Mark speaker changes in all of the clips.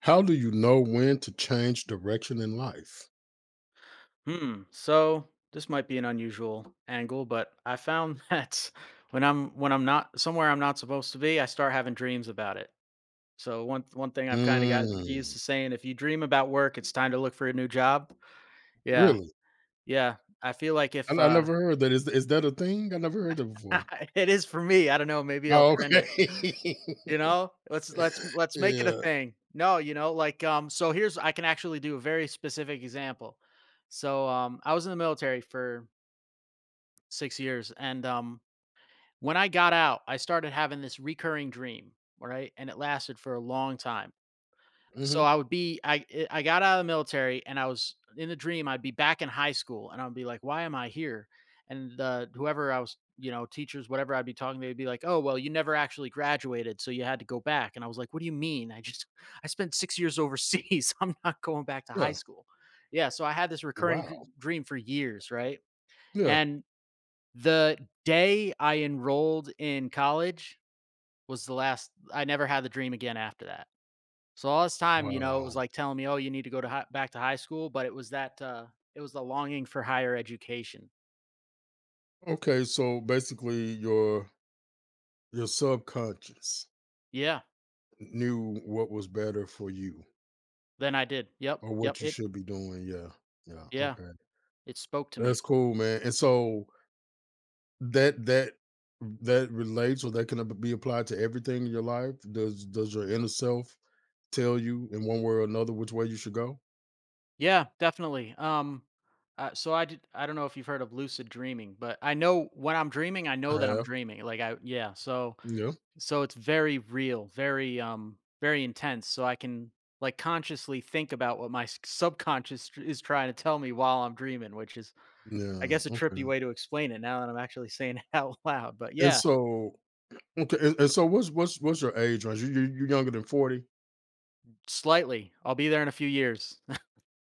Speaker 1: How do you know when to change direction in life?
Speaker 2: Hmm. So this might be an unusual angle, but I found that when I'm not somewhere I'm not supposed to be, I start having dreams about it. So one thing I've kind of got used to
Speaker 1: Mm,
Speaker 2: saying, if you dream about work, it's time to look for a new job. Yeah,
Speaker 1: really?
Speaker 2: yeah. I feel like
Speaker 1: I
Speaker 2: if
Speaker 1: I never heard that. Is that a thing? I never heard that before.
Speaker 2: it is for me, I don't know. Maybe I'll
Speaker 1: Oh,
Speaker 2: trend it.
Speaker 1: okay.
Speaker 2: You know, let's make it a
Speaker 1: Yeah,
Speaker 2: thing. No, So here's I can actually do a very specific example. I was in the military for 6 years, and when I got out, I started having this recurring dream, all right? And it lasted for a long time.
Speaker 1: mhm,
Speaker 2: So I would be I got out of the military and I was in the dream, I'd be back in high school and I'd be like, "Why am I here?" And the whoever I was, you know, teachers, whatever I'd be talking to, they'd be like, "Oh, well, you never actually graduated, so you had to go back." And I was like, "What do you mean? I just I spent 6 years overseas. I'm not going back to
Speaker 1: yeah,
Speaker 2: high school." Yeah, so I had this recurring dr
Speaker 1: wow,
Speaker 2: dream for years, right?
Speaker 1: yeah,
Speaker 2: And the day I enrolled in college was the last. I never had the dream again after that. So all this time, you know, it
Speaker 1: wow.
Speaker 2: was like telling me, "Oh, you need to go to hi back to high school," but it was that, it was the longing for higher education.
Speaker 1: Okay, so basically your subconscious
Speaker 2: Yeah,
Speaker 1: knew what was better for you
Speaker 2: then I did. Yep,
Speaker 1: or
Speaker 2: yep,
Speaker 1: what you
Speaker 2: it
Speaker 1: should be doing, yeah, yeah,
Speaker 2: yeah,
Speaker 1: okay.
Speaker 2: it spoke to me.
Speaker 1: That's cool, man, and so that that relates or that can be applied to everything in your life? Does your inner self tell you in one way or another which way you should go?
Speaker 2: Yeah, definitely. So I did I don't know if you've heard of lucid dreaming, but I know when I'm dreaming, I
Speaker 1: I
Speaker 2: know that I'm
Speaker 1: have.
Speaker 2: dreaming. Like I yeah, so
Speaker 1: Yeah.
Speaker 2: so it's very real, very intense, so I can like consciously think about what my subconscious is trying to tell me while I'm dreaming, which is I
Speaker 1: Yeah,
Speaker 2: guess a trippy
Speaker 1: okay.
Speaker 2: way to explain it now that I'm actually saying it out loud. But
Speaker 1: And
Speaker 2: yeah,
Speaker 1: so okay, and so what's your age range? You're younger than 40?
Speaker 2: slightly. I'll be there in a few years.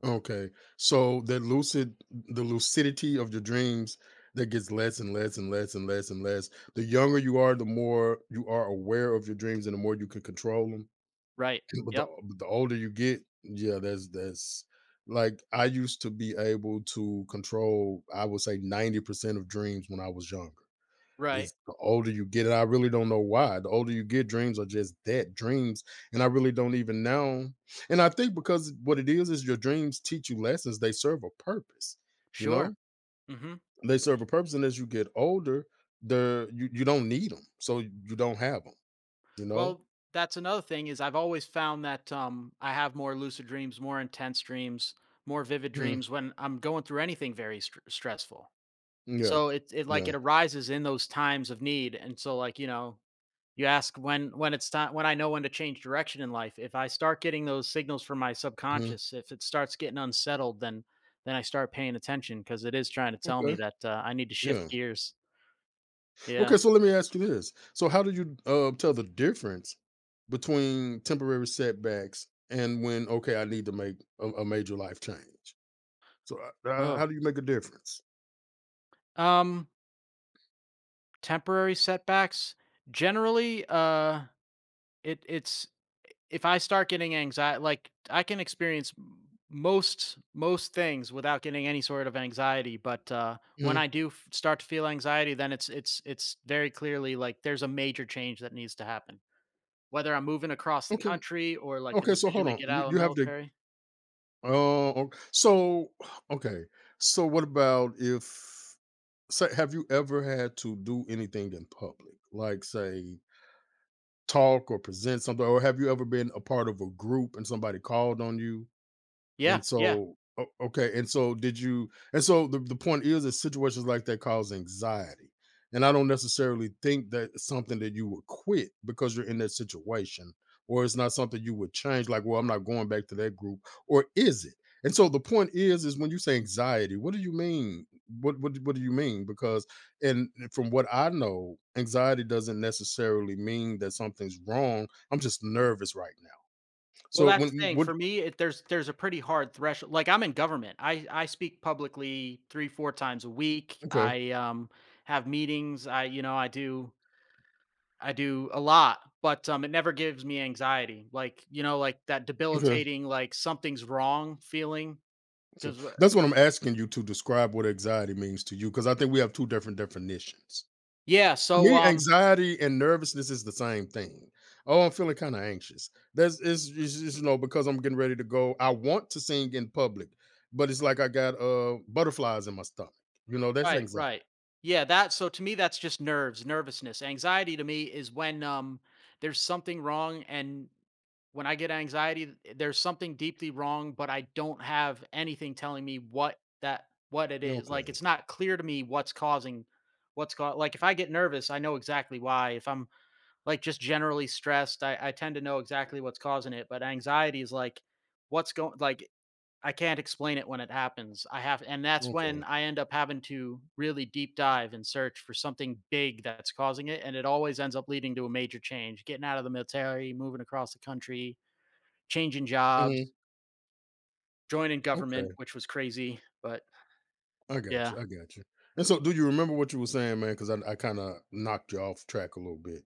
Speaker 1: Okay. So that lucid the lucidity of your dreams that gets less and less and less and less and less. The younger you are, the more you are aware of your dreams and the more you can control them.
Speaker 2: Right.
Speaker 1: But
Speaker 2: Yep.
Speaker 1: the older you get, yeah, that's like, I used to be able to control, I would say 90% of dreams when I was younger.
Speaker 2: Right.
Speaker 1: It's the older you get, and I really don't know why. The older you get, dreams are just that, dreams, and I really don't even now, and I think because what it is your dreams teach you lessons, they serve a purpose, you
Speaker 2: Sure.
Speaker 1: know?
Speaker 2: Mhm.
Speaker 1: They serve a purpose, and as you get older, they're you don't need them, so you don't have them, you know?
Speaker 2: Well, that's another thing is I've always found that I have more lucid dreams, more intense dreams, more vivid
Speaker 1: Mhm.
Speaker 2: dreams when I'm going through anything very stressful.
Speaker 1: Yeah.
Speaker 2: So it like
Speaker 1: Yeah.
Speaker 2: it arises in those times of need, and so like you know, you ask when it's time when I know when to change direction in life. If I start getting those signals from my
Speaker 1: Mhm.
Speaker 2: subconscious, if it starts getting unsettled, then I start paying attention because it is trying to tell me
Speaker 1: Okay.
Speaker 2: that I need to
Speaker 1: Yeah.
Speaker 2: shift gears.
Speaker 1: Okay,
Speaker 2: Yeah.
Speaker 1: so let me ask you this. So how do you tell the difference between temporary setbacks and when okay, I need to make a major life change? So
Speaker 2: Oh.
Speaker 1: how do you make a difference?
Speaker 2: Um. Temporary setbacks. Generally. It it's if I start getting anxiety like, I can experience m most most things without getting any sort of anxiety, but, when
Speaker 1: Mhm.
Speaker 2: I do f start to feel anxiety, then it's very clearly, like, there's a major change that needs to happen. Whether I'm moving across the
Speaker 1: Okay.
Speaker 2: country or, like, the
Speaker 1: Okay, so
Speaker 2: decision
Speaker 1: hold
Speaker 2: to
Speaker 1: on.
Speaker 2: get
Speaker 1: You,
Speaker 2: out of
Speaker 1: you
Speaker 2: the
Speaker 1: have to
Speaker 2: military.
Speaker 1: uh, ok- so okay. So what about if say have you ever had to do anything in public? Like say talk or present something or have you ever been a part of a group and somebody called on you?
Speaker 2: Yeah,
Speaker 1: And
Speaker 2: yeah.
Speaker 1: so o okay, and so did you and so the point is that situations like that cause anxiety, and I don't necessarily think that it's something that you would quit because you're in that situation, or it's not something you would change, like, "Well, I'm not going back to that group," or is it? And so the point is when you say anxiety, what do you mean? What do you mean? Because from what I know, anxiety doesn't necessarily mean that something's wrong, I'm just nervous right now.
Speaker 2: Well,
Speaker 1: So
Speaker 2: that's the
Speaker 1: when
Speaker 2: thing.
Speaker 1: what
Speaker 2: For me, it there's a pretty hard threshold like, I'm in government. I speak publicly 3, 4 times a week.
Speaker 1: okay,
Speaker 2: I, have meetings. I you know, I do a lot, but, it never gives me anxiety, like, you know, like, that
Speaker 1: okay.
Speaker 2: debilitating, like, something's wrong feeling,
Speaker 1: So
Speaker 2: 'cause
Speaker 1: that's what I'm asking you to describe what anxiety means to you, because I think we have two different definitions.
Speaker 2: yeah,
Speaker 1: For
Speaker 2: so,
Speaker 1: me,
Speaker 2: um
Speaker 1: anxiety and nervousness is the same thing. Oh, I'm feeling kind of anxious. That's is you know because I'm getting ready to go. I want to sing in public, but it's like I got butterflies in my stomach. You know that's
Speaker 2: right,
Speaker 1: anxiety.
Speaker 2: right. Yeah, that so, to me, that's just nerves, nervousness. Anxiety to me is when, there's something wrong, and when I get anxiety, there's something deeply wrong, but I don't have anything telling me what that what it is, like, it's
Speaker 1: Okay,
Speaker 2: not clear to me what's causing what's called. Like, if I get nervous, I know exactly why, if I'm like just generally stressed. I tend to know exactly what's causing it, but anxiety is like, what's going like I can't explain it when it happens. I have and that's when
Speaker 1: okay,
Speaker 2: I end up having to really deep dive and search for something big that's causing it. And it always ends up leading to a major change, getting out of the military, moving across the country, changing
Speaker 1: mhm,
Speaker 2: jobs, joining
Speaker 1: okay.
Speaker 2: government, which was crazy. But
Speaker 1: I got
Speaker 2: yeah.
Speaker 1: you. I got you. And so, do you remember what you were saying, man? Because I kind of knocked you off track a little bit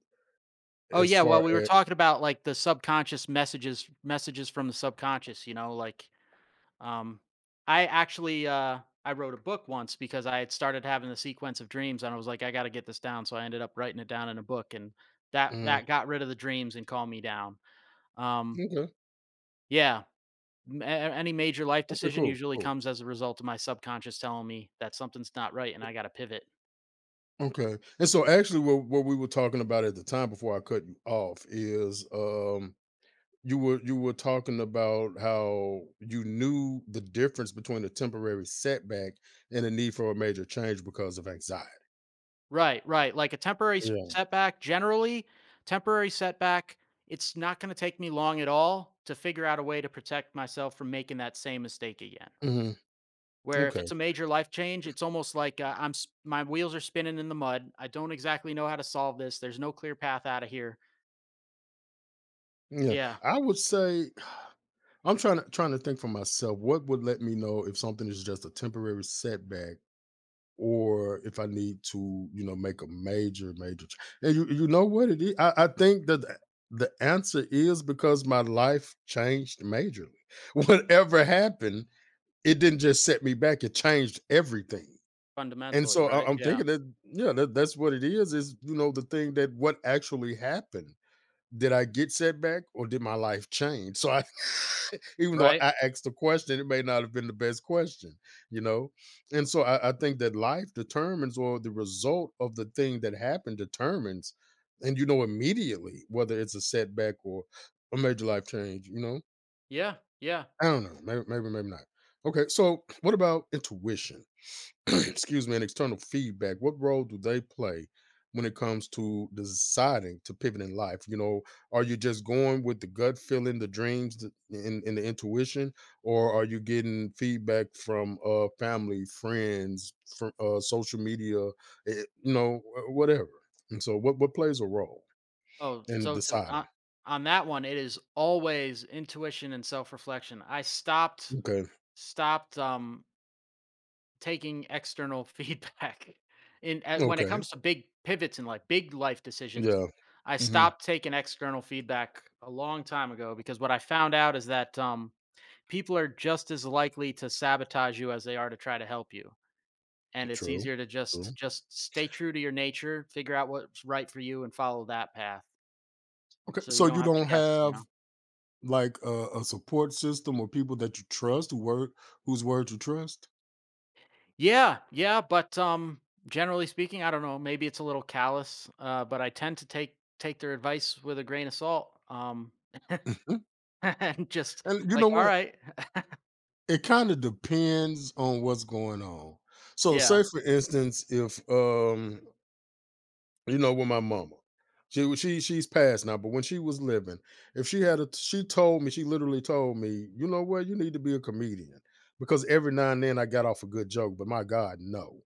Speaker 2: Oh
Speaker 1: as
Speaker 2: yeah, well
Speaker 1: far
Speaker 2: we were
Speaker 1: as.
Speaker 2: talking about like the subconscious messages from the subconscious, you know, like um, I actually I wrote a book once because I had started having the sequence of dreams, and I was like, I got to get this down. So I ended up writing it down in a book, and that
Speaker 1: Mhm.
Speaker 2: that got rid of the dreams and calmed me down. Um,
Speaker 1: Okay.
Speaker 2: yeah, any major life
Speaker 1: Okay.
Speaker 2: decision
Speaker 1: Cool.
Speaker 2: usually
Speaker 1: Cool.
Speaker 2: comes as a result of my subconscious telling me that something's not right, and I got to pivot.
Speaker 1: Okay. And so actually what we were talking about at the time before I cut you off is you were talking about how you knew the difference between a temporary setback and a need for a major change because of anxiety.
Speaker 2: Right, right. Like a temporary
Speaker 1: Yeah.
Speaker 2: setback, generally temporary setback. It's not going to take me long at all to figure out a way to protect myself from making that same mistake again.
Speaker 1: Hmm.
Speaker 2: Where if
Speaker 1: Okay.
Speaker 2: it's a major life change, it's almost like, I'm s my wheels are spinning in the mud. I don't exactly know how to solve this. There's no clear path out of here.
Speaker 1: Yeah.
Speaker 2: Yeah,
Speaker 1: I would say I'm trying to think for myself what would let me know if something is just a temporary setback or if I need to, you know, make a major. And you know what it is? I think that the answer is because my life changed majorly. Whatever happened, it didn't just set me back; it changed everything. And
Speaker 2: fundamentally,
Speaker 1: so I,
Speaker 2: right?
Speaker 1: I'm
Speaker 2: Yeah,
Speaker 1: thinking that yeah, that, that's what it is. Is you know the thing that what actually happened, did I get setback or did my life change? So I even though
Speaker 2: right?
Speaker 1: I asked the question, it may not have been the best question, you know? And so I think that life determines or the result of the thing that happened determines, and you know immediately whether it's a setback or a major life change, you know?
Speaker 2: Yeah, yeah.
Speaker 1: I don't know. Maybe, maybe, maybe not. Okay. So what about intuition? Excuse me, and external feedback, what role do they play when it comes to deciding to pivot in life? You know, are you just going with the gut feeling, the dreams, and the intuition, or are you getting feedback from family, friends, from social media, you know, whatever? And so, what plays a role
Speaker 2: Oh,
Speaker 1: in
Speaker 2: so to
Speaker 1: deciding?
Speaker 2: on that one, it is always intuition and self-reflection. I stopped
Speaker 1: Okay,
Speaker 2: stopped, taking external feedback. In at when it
Speaker 1: okay,
Speaker 2: comes to big pivots in life, big life decisions,
Speaker 1: yeah,
Speaker 2: I
Speaker 1: hmm,
Speaker 2: stopped taking external feedback a long time ago because what I found out is that people are just as likely to sabotage you as they are to try to help you. And it's
Speaker 1: true,
Speaker 2: easier to
Speaker 1: true.
Speaker 2: just stay true to your nature, figure out what's right for you, and follow that path.
Speaker 1: Okay,
Speaker 2: So you
Speaker 1: so
Speaker 2: don't
Speaker 1: you
Speaker 2: have to
Speaker 1: don't
Speaker 2: guess. You know.
Speaker 1: have like a support system or people that you trust, whose word you trust?
Speaker 2: Yeah, yeah, but generally speaking, I don't know, maybe it's a little callous, but I tend to take their advice with a grain of salt.
Speaker 1: Mhm,
Speaker 2: And just
Speaker 1: and you
Speaker 2: like,
Speaker 1: know
Speaker 2: all
Speaker 1: what?
Speaker 2: right.
Speaker 1: It kinda depends on what's going on. So,
Speaker 2: Yeah.
Speaker 1: say for instance, if, you know, with my mama, she she's passed now, but when she was living, if she had a, she told me she literally told me, "You know what? You need to be a comedian," because every now and then I got off a good joke, but my god, no.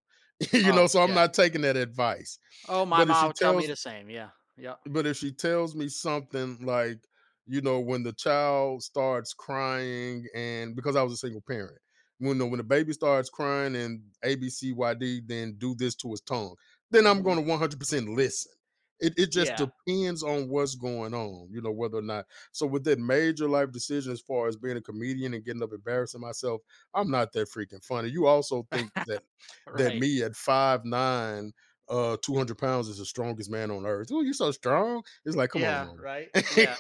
Speaker 1: You know,
Speaker 2: Oh,
Speaker 1: so I'm
Speaker 2: yeah.
Speaker 1: not taking that advice.
Speaker 2: Oh, my
Speaker 1: But if
Speaker 2: mom
Speaker 1: she
Speaker 2: would tell me
Speaker 1: tells
Speaker 2: the same. Yeah. Yeah.
Speaker 1: but if she tells me something like, you know, when the child starts crying and because I was a single parent, you know, when the baby starts crying and ABCYD, then do this to his tongue, then I'm
Speaker 2: Hmm.
Speaker 1: going to 100% listen. It just
Speaker 2: Yeah.
Speaker 1: depends on what's going on, you know, whether or not. So with that major life decision, as far as being a comedian and getting up embarrassing myself, I'm not that freaking funny. You also think that
Speaker 2: Right.
Speaker 1: me at 5'9" 200 pounds is the strongest man on earth. Oh, you're so strong. It's like, come on,
Speaker 2: Yeah,
Speaker 1: mom.
Speaker 2: right. Yeah.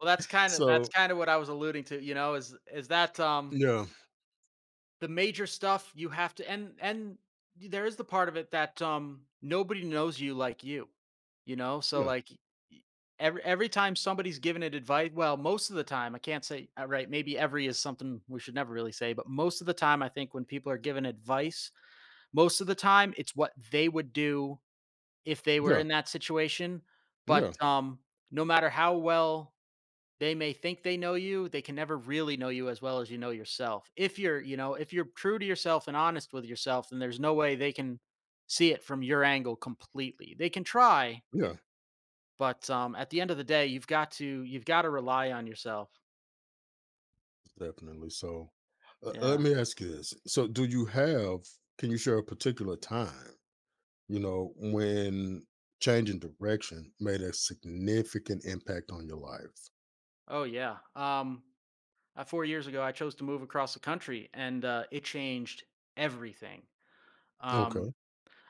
Speaker 2: Well, that's kind of that's
Speaker 1: So
Speaker 2: kind of what I was alluding to, you know, is that
Speaker 1: yeah,
Speaker 2: the major stuff you have to and there is the part of it that nobody knows you like you know, so
Speaker 1: yeah,
Speaker 2: like every time somebody's given it advice, well, most of the time I can't say right, maybe every is something we should never really say, but most of the time I think when people are given advice, most of the time it's what they would do if they were
Speaker 1: yeah,
Speaker 2: in that situation, but
Speaker 1: yeah,
Speaker 2: no matter how well they may think they know you, they can never really know you as well as you know yourself. If you're, you know, if you're true to yourself and honest with yourself, then there's no way they can see it from your angle completely. They can try,
Speaker 1: yeah,
Speaker 2: but at the end of the day, you've got to rely on yourself.
Speaker 1: definitely. So let
Speaker 2: Yeah.
Speaker 1: me ask you this. So do you have, can you share a particular time, you know, when changing direction made a significant impact on your life?
Speaker 2: Oh yeah. 4 years ago I chose to move across the country and it changed everything. Um
Speaker 1: Okay.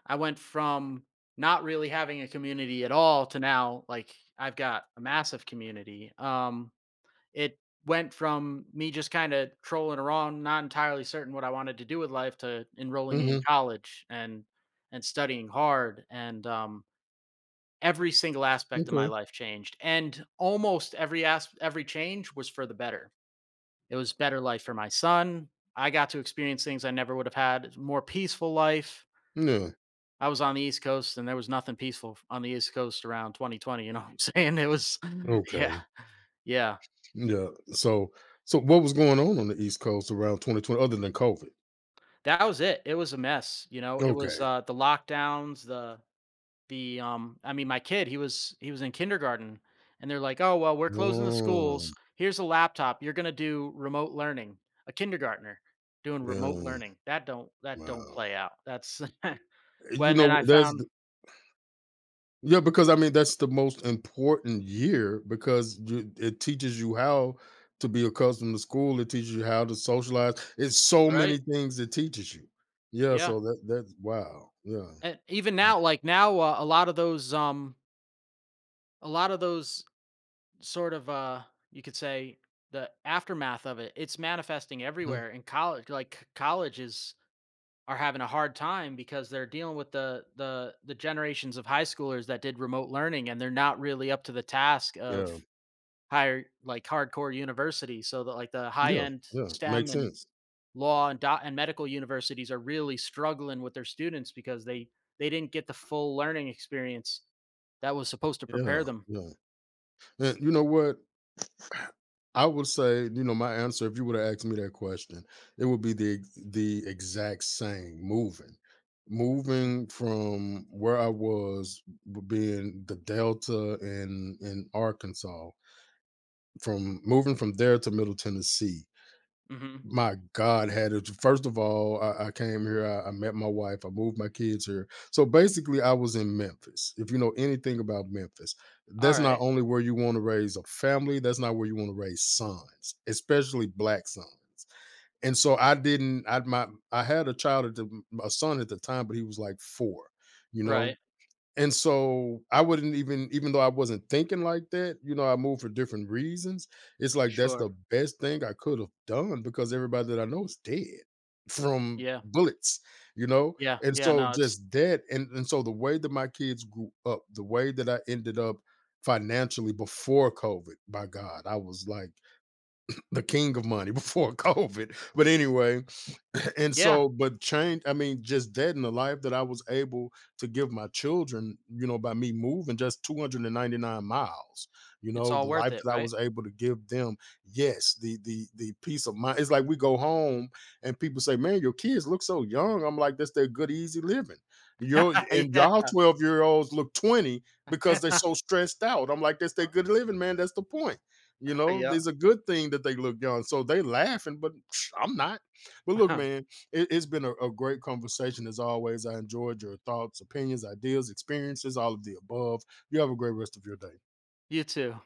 Speaker 2: I went from not really having a community at all to now like I've got a massive community. It went from me just kind of trolling around, not entirely certain what I wanted to do with life, to enrolling in
Speaker 1: Mm-hmm.
Speaker 2: college and studying hard, and every single aspect of my
Speaker 1: Okay.
Speaker 2: life changed, and almost every change was for the better. It was better life for my son. I got to experience things I never would have had. It's more peaceful life.
Speaker 1: Yeah.
Speaker 2: I was on the East Coast, and there was nothing peaceful on the East Coast around 2020. You know what I'm saying? It was, yeah,
Speaker 1: Okay.
Speaker 2: yeah.
Speaker 1: Yeah. So so what was going on the East Coast around 2020 other than COVID?
Speaker 2: That was it. It was a mess, you know, it was,
Speaker 1: Okay.
Speaker 2: the lockdowns, the, I mean, my kid, he was in kindergarten, and they're like, "Oh, well, we're closing the schools.
Speaker 1: Mm,
Speaker 2: Here's a laptop. You're gonna do remote learning." A kindergartner doing remote
Speaker 1: yeah,
Speaker 2: learning. That don't
Speaker 1: wow.
Speaker 2: play out. That's
Speaker 1: You
Speaker 2: when then
Speaker 1: know,
Speaker 2: I
Speaker 1: that's
Speaker 2: found
Speaker 1: the yeah, because, I mean, that's the most important year because you it teaches you how to be accustomed to school, it teaches you how to socialize, it's so
Speaker 2: right?
Speaker 1: many things it teaches you. Yeah,
Speaker 2: Yeah,
Speaker 1: so that that's wow, yeah.
Speaker 2: and even now, like, now, a lot of those, a lot of those sort of you could say the aftermath of it, it's manifesting
Speaker 1: Mhm,
Speaker 2: everywhere in college, like colleges are having a hard time because they're dealing with the generations of high schoolers that did remote learning and they're not really up to the task of
Speaker 1: yeah,
Speaker 2: higher like hardcore university so that like the high
Speaker 1: yeah,
Speaker 2: end
Speaker 1: yeah,
Speaker 2: stem
Speaker 1: makes
Speaker 2: and
Speaker 1: sense.
Speaker 2: law and dot and medical universities are really struggling with their students because they didn't get the full learning experience that was supposed to
Speaker 1: Yeah,
Speaker 2: prepare them.
Speaker 1: yeah, and you know what? I would say, you know, my answer, if you would have asked me that question, it would be the exact same. Moving, moving from where I was being the Delta in Arkansas, from moving from there to Middle Tennessee,
Speaker 2: Mm-hmm.
Speaker 1: my God, had it first of all, I came here, I met my wife, I moved my kids here. So basically, I was in Memphis. If you know anything about Memphis,
Speaker 2: All
Speaker 1: that's not
Speaker 2: right.
Speaker 1: only where you want to raise a family, that's not where you want to raise sons, especially black sons. And so I didn't, I had a child at the a son at the time, but he was like four, you know.
Speaker 2: Right.
Speaker 1: And so I wouldn't even even though I wasn't thinking like that, you know, I moved for different reasons. It's like that's
Speaker 2: Sure.
Speaker 1: the best thing I could have done because everybody that I know is dead from
Speaker 2: Yeah.
Speaker 1: bullets, you know?
Speaker 2: Yeah,
Speaker 1: And
Speaker 2: yeah,
Speaker 1: so
Speaker 2: no, it's
Speaker 1: just that and so the way that my kids grew up, the way that I ended up financially before COVID, by God, I was like the king of money before COVID. But anyway, and
Speaker 2: yeah,
Speaker 1: so but change, I mean just that in the life that I was able to give my children, you know, by me moving just 299 miles, you
Speaker 2: it's
Speaker 1: know,
Speaker 2: all
Speaker 1: the
Speaker 2: worth
Speaker 1: life
Speaker 2: it,
Speaker 1: that I
Speaker 2: right?
Speaker 1: was able to give them, yes, the peace of mind, it's like we go home and people say, man, your kids look so young. I'm like, that's their good easy living. Your and y'all
Speaker 2: Yeah.
Speaker 1: 12-year-olds look 20 because they're so stressed out. I'm like, that's their good living, man. That's the point, you know,
Speaker 2: Yeah.
Speaker 1: there's a good thing that they look young. So they laughing, but I'm not. But look, man, it has been a great conversation as always. I enjoyed your thoughts, opinions, ideas, experiences, all of the above. You have a great rest of your day.
Speaker 2: You too.